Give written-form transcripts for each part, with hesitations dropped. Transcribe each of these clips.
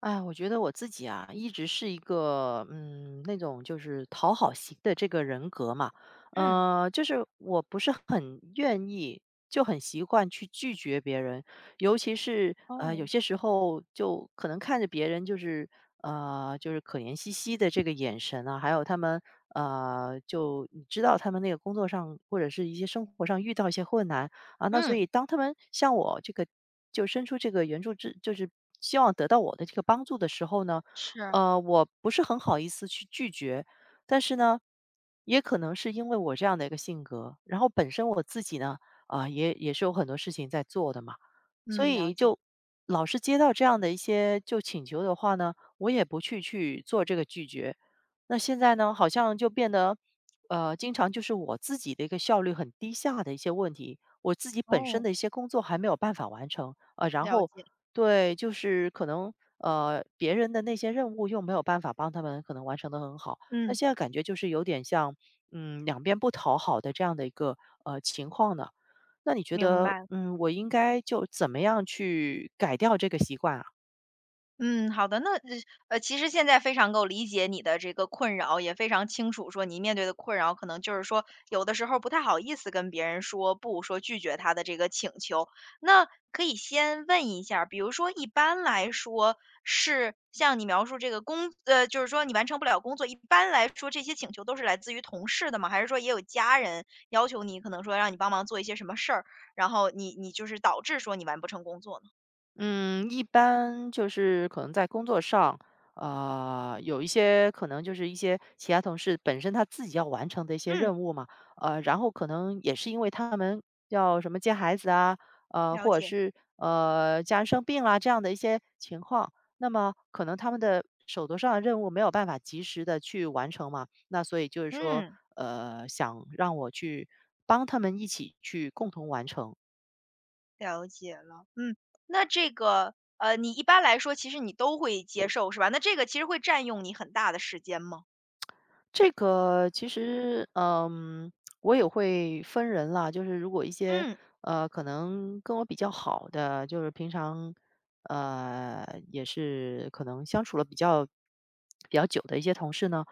哎，我觉得我自己啊，一直是一个那种就是讨好型的这个人格嘛，嗯，就是我不是很愿意，就很习惯去拒绝别人，尤其是哦，有些时候就可能看着别人就是就是可怜兮兮的这个眼神啊，还有他们就你知道他们那个工作上或者是一些生活上遇到一些困难，啊，那所以嗯，当他们向我这个就伸出这个援助之就是希望得到我的这个帮助的时候呢，是，我不是很好意思去拒绝，但是呢，也可能是因为我这样的一个性格，然后本身我自己呢，啊、也是有很多事情在做的嘛，所嗯，了以解，就老是接到这样的一些就请求的话呢，我也不去做这个拒绝。那现在呢，好像就变得经常就是我自己的一个效率很低下的一些问题，我自己本身哦，的一些工作还没有办法完成，然了后解，对，就是可能别人的那些任务又没有办法帮他们可能完成的很好，那嗯，现在感觉就是有点像两边不讨好的这样的一个情况呢。那你觉明得白。我应该就怎么样去改掉这个习惯啊？嗯，好的，那其实现在非常够理解你的这个困扰，也非常清楚说你面对的困扰，可能就是说有的时候不太好意思跟别人说不，说拒绝他的这个请求。那可以先问一下儿比如说一般来说是像你描述这个就是说你完成不了工作，一般来说这些请求都是来自于同事的吗？还是说也有家人要求你，可能说让你帮忙做一些什么事儿，然后你就是导致说你完不成工作呢？嗯，一般就是可能在工作上，有一些可能就是一些其他同事本身他自己要完成的一些嗯，任务嘛，然后可能也是因为他们要什么接孩子啊，了或者解，是家人生病啦这样的一些情况，那么可能他们的手头上的任务没有办法及时的去完成嘛，那所以就是说，嗯。想让我去帮他们一起去共同完成。了解了，嗯，那这个，你一般来说其实你都会接受是吧？那这个其实会占用你很大的时间吗？这个其实，我也会分人啦。就是如果一些嗯，可能跟我比较好的，就是平常呃，也是可能相处了比较久的一些同事呢，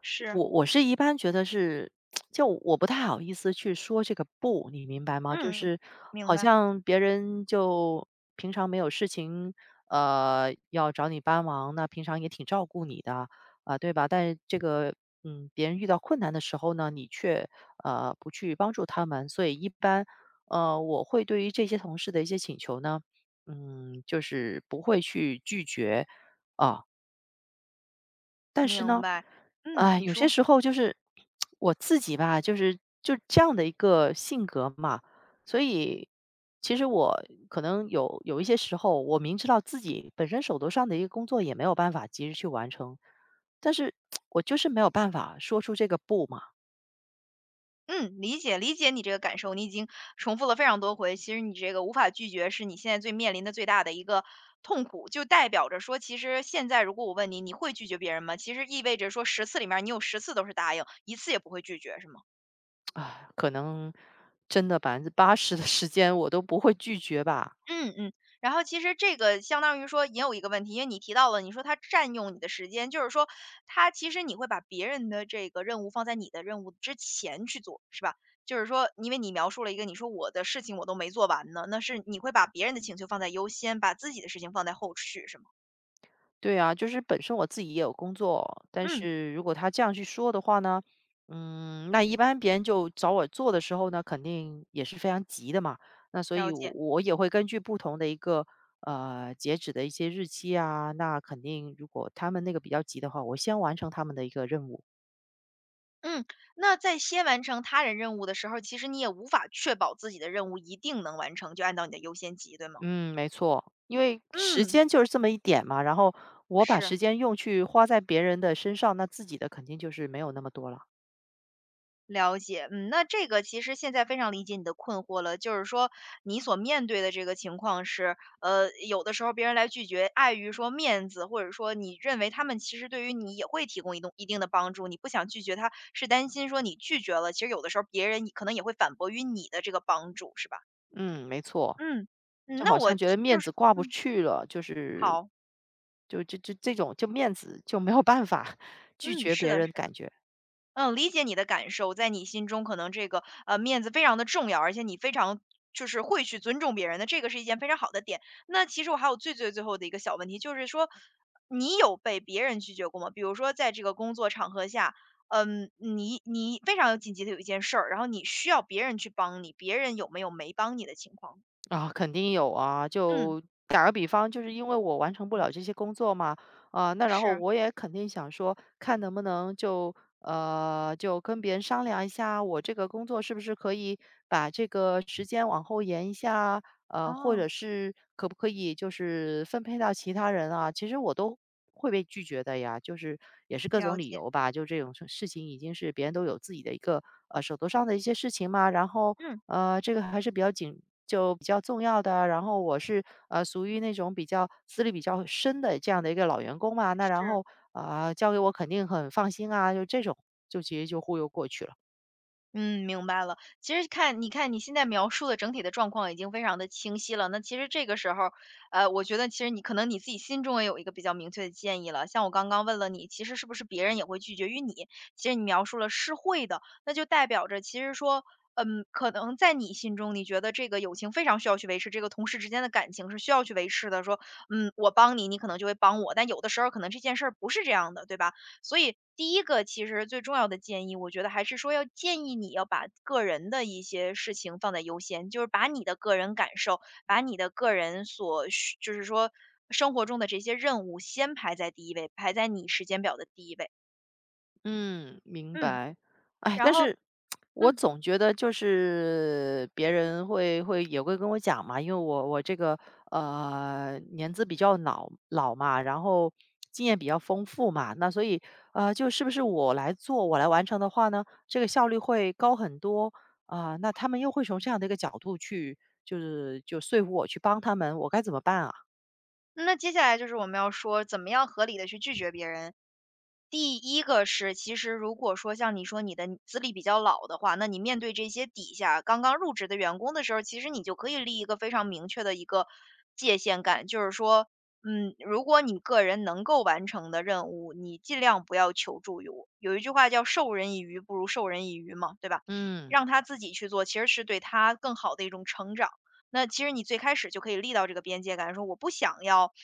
是，我是一般觉得是，就我不太好意思去说这个不，你明白吗？就嗯，是明好白像别人就平常没有事情，要找你帮忙，那平常也挺照顾你的。啊，对吧？但是这个，别人遇到困难的时候呢，你却不去帮助他们，所以一般，我会对于这些同事的一些请求呢，就是不会去拒绝啊、但是明呢，白，嗯，哎，你有些说，时候就是我自己吧，就是就这样的一个性格嘛，所以其实我可能有一些时候，我明知道自己本身手头上的一个工作也没有办法及时去完成，但是我就是没有办法说出这个不嘛，嗯，理解理解你这个感受，你已经重复了非常多回，其实你这个无法拒绝是你现在最面临的最大的一个痛苦，就代表着说，其实现在如果我问你，你会拒绝别人吗？其实意味着说十次里面你有十次都是答应，一次也不会拒绝，是吗？啊，可能真的80%的时间我都不会拒绝吧。嗯嗯，然后其实这个相当于说也有一个问题，因为你提到了，你说它占用你的时间，就是说其实你会把别人的这个任务放在你的任务之前去做，是吧？就是说，因为你描述了一个，你说我的事情我都没做完呢，那是你会把别人的请求放在优先，把自己的事情放在后续，是吗？对啊，就是本身我自己也有工作，但嗯，是如果他这样去说的话呢，那一般别人就找我做的时候呢，肯定也是非常急的嘛。那所了以我，解。我也会根据不同的一个截止的一些日期啊，那肯定如果他们那个比较急的话，我先完成他们的一个任务。嗯，那在先完成他人任务的时候，其实你也无法确保自己的任务一定能完成，就按照你的优先级，对吗？嗯，没错，因为时嗯，间就是这么一点嘛。然后我把是。时间用去花在别人的身上，那自己的肯定就是没有那么多了。了解，嗯，那这个其实现在非常理解你的困惑了，就是说你所面对的这个情况是，有的时候别人来拒绝，碍于说面子，或者说你认为他们其实对于你也会提供一定的帮助，你不想拒绝他，是担心说你拒绝了，其实有的时候别人可能也会反驳于你的这个帮助，是吧？嗯，没错。嗯嗯，就好那我像觉得就面是。子挂不嗯，去了，就是好，就就就这种就面子就没有办法拒嗯，绝是别的，人的感觉。嗯，理解你的感受，在你心中可能这个面子非常的重要，而且你非常就是会去尊重别人的，这个是一件非常好的点。那其实我还有最最最后的一个小问题，就是说你有被别人拒绝过吗？比如说在这个工作场合下，嗯，你非常有紧急的有一件事儿，然后你需要别人去帮你，别人有没有没帮你的情况？啊，肯定有啊，嗯，就打个比方，就是因为我完成不理了解，这些工作嘛，啊，那然后是，我也肯定想说，看能不能就就跟别人商量一下，我这个工作是不是可以把这个时间往后延一下或哦，者是可不可以就是分配到其他人啊？其实我都会被拒绝的呀，就是也是各种了理解，由吧。就这种情已经是别人都有自己的一个手头上的一些事情嘛，然后嗯，这个还是比较紧，就比较重要的啊。然后我是属于那种比较资历比较深的这样的一个老员工嘛，那然是。后啊、交给我肯定很放心啊，就这种就直接就忽悠过去了。嗯，明白了。其实看你现在描述的整体的状况已经非常的清晰了，那其实这个时候，我觉得其实你可能你自己心中也有一个比较明确的建议了。像我刚刚问了你，其实是不是别人也会拒绝于你，其实你描述了是会的，那就代表着其实说，嗯，可能在你心中，你觉得这个友情非常需要去维持，这个同事之间的感情是需要去维持的，说，嗯，我帮你，你可能就会帮我，但有的时候可能这件事儿不是这样的，对吧？所以第一个其实最重要的建议，我觉得还是说要建议你要把个人的一些事情放在优先，就是把你的个人感受，把你的个人所需，就是说生活中的这些任务先排在第一位位。你时间表。嗯，明嗯，嗯。白。哎，然但后是我嗯总觉得就是别人会也会跟我讲嘛，因为我这个年资比较老嘛，然后经验比较丰富嘛，那所以就是不是我来做我来完成的话呢，这个效率会高很多啊，那他们又会从这样的一个角度去就是就说服我去帮他们，我该怎么办啊？那接下来就是我们要说怎么样合理的去拒绝别人。第一个是，其实如果说像你说你的资历比较老的话，那你面对这些底下刚刚入职的员工的时候，其实你就可以立一个非常明确的一个界限感，就是说，嗯，如果你个人能够完成的任务，你尽量不要求助于我。有一句话叫“授人以鱼，不如授人以渔”嘛，对吧？嗯。让他自己去做，其实是对他更好的一种成长。那其实你最开始就可以立到这个边界感，说我不想要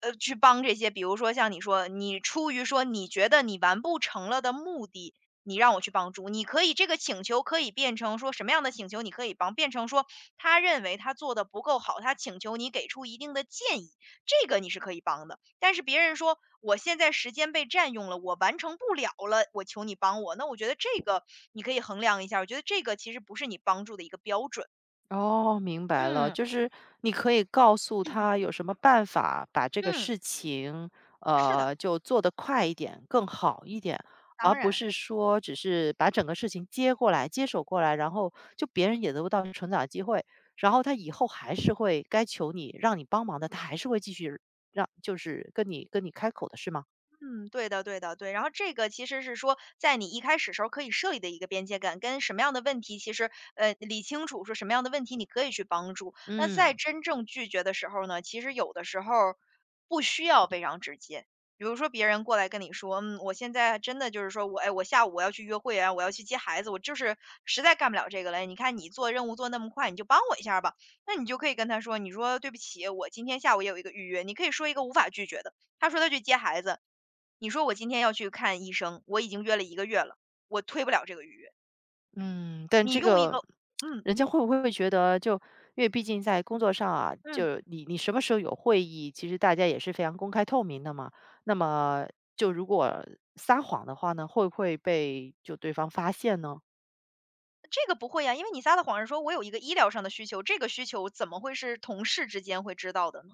去帮这些比如说像你说，你出于说你觉得你完不成了的目的，你让我去帮助，你可以这个请求可以变成说什么样的请求你可以帮，变成说他认为他做的不够好，他请求你给出一定的建议，这个你是可以帮的。但是别人说我现在时间被占用了，我完成不了了，我求你帮我，那我觉得这个你可以衡量一下我觉得这个其实不是你帮助的一个标准。哦，明白了，嗯，就是你可以告诉他有什么办法把这个嗯，事情，是的，就做得快一点，更好一点，而当不然。是说只是把整个事情接过来、接手过来，然后就别人也得不到成长的机会，然后他以后还是会该求你让你帮忙的，他还是会继续让就是跟你开口的，是吗？嗯，对的，对的，对。然后这个其实是说，在你一开始时候可以设立的一个边界感，跟什么样的问题，其实理清楚，说什么样的问题你可以去帮助。那在嗯。真正拒绝的时候呢，其实有的时候不需要非常直接。比如说别人过来跟你说，嗯，我现在真的就是说我，哎，我下午我要去约会啊，我要去接孩子，我就是实在干不了这个了。你看你做任务做那么快，你就帮我一下吧。那你就可以跟他说，你说对不起，我今天下午也有一个预约，你可以说一个无法拒绝的。他说他去接孩子，你说我今天要去看医生，我已经约了一个月了，我推不了这个预约。嗯，但你这用一个个。嗯，人家会不会觉得就因为毕竟在工作上啊，嗯。就你什么时候有会议，其实大家也是非常公开透明的嘛。那么就如果撒谎的话呢，会不会被就对方发现呢？这个不会呀，因为你撒的谎是说我有一个医疗上的需求，这个需求怎么会是同事之间会知道的呢？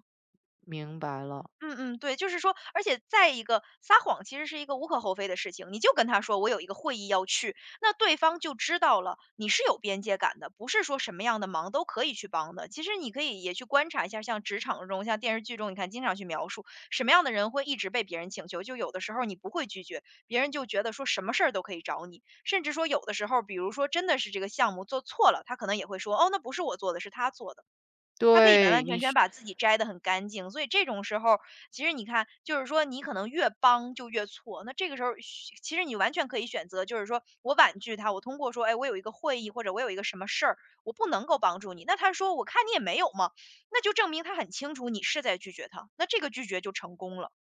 明白了，嗯嗯，对，就是说，而且再一个，撒谎其实是一个无可厚非的事情，你就跟他说我有一个会议要去，那对方就知道了你是有边界感的，不是说什么样的忙都可以去帮的。其实你可以也去观察一下，像职场中、像电视剧中，你看经常去描述什么样的人会一直被别人请求，就有的时候你不会拒绝，别人就觉得说什么事儿都可以找你，甚至说有的时候，比如说真的是这个项目做错了，他可能也会说哦，那不是我做的，是他做的。他可以完对，完你全全把自己摘得很干净，所以这种时候其实你看，就是说你可能越帮就越错。那这个时候其实你完全可以选择，就是说我婉拒他，我通过说，哎，我有一个会议或者我有一个什么事儿，我不能够帮助你。那他说，我看你也没有嘛，那就证明他很清楚你是在拒绝他，那这个拒绝就成功了。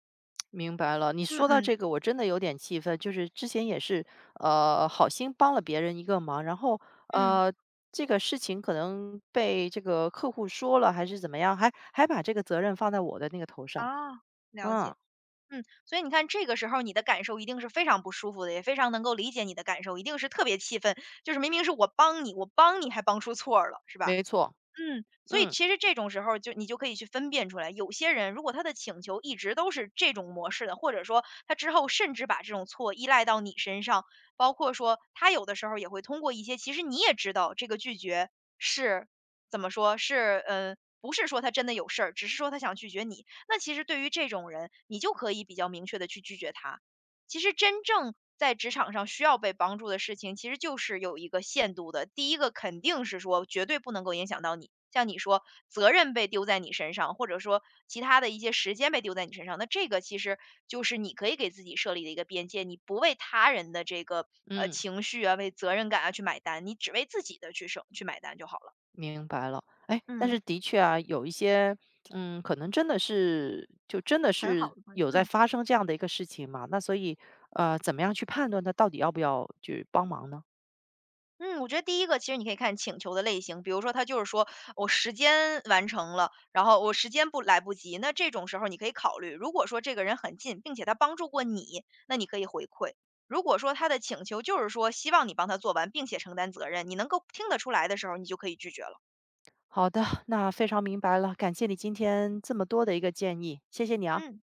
明白了，你嗯说到嗯这个，我真的有点气愤。就是之前也是，好心帮了别人一个忙，然后嗯，呃，这个事情可能被这个客户说了，还是怎么样，还把这个责任放在我的那个头啊，上。了嗯，解。嗯，所以你看这个时候你的感受一定是非常不舒服的，也非常能够理解你的感受，一定是特别气愤，就是明明是我帮你，我帮你还帮出错儿了，是吧？没错，嗯，所以嗯其实这种时候就你就可以去分辨出来，有些人如果他的请求一直都是这种模式的，或者说他之后甚至把这种错依赖到你身上，包括说他有的时候也会通过一些，其实你也知道这个拒绝是怎么说，是不是说他真的有事儿，只是说他想拒绝你。那其实对于这种人，你就可以比较明确的去拒绝他，其实真正在职场上需要被帮助的事情，其实就是有一个限度的。第一个肯定是说绝对不能够影响到你，像你说责任被丢在你身上，或者说其他的一些时间被丢在你身上，那这个其实就是你可以给自己设立的一个边界，你不为他人的这个嗯，情绪啊、为责任感啊去买单，你只为自己的去省去买单就好了。明白了。哎，但嗯，是的确啊，有一些，可能真的是，就真的很是好的观点。有在嗯。发生这样的一个事情嘛。那所以，怎么样去判断他到底要不要去帮忙呢？嗯，我觉得第一个其实你可以看请求的类型，比如说他就是说我时间完成了，然后我时间不来不及，那这种时候你可以考虑，如果说这个人很近，并且他帮助过你，那你可以回馈。如果说他的请求就是说希望你帮他做完，并且承担责任，你能够听得出来的时候，你就可以拒绝了。好的，那非常明白了，感谢你今天这么多的一个建议，谢谢你啊。嗯。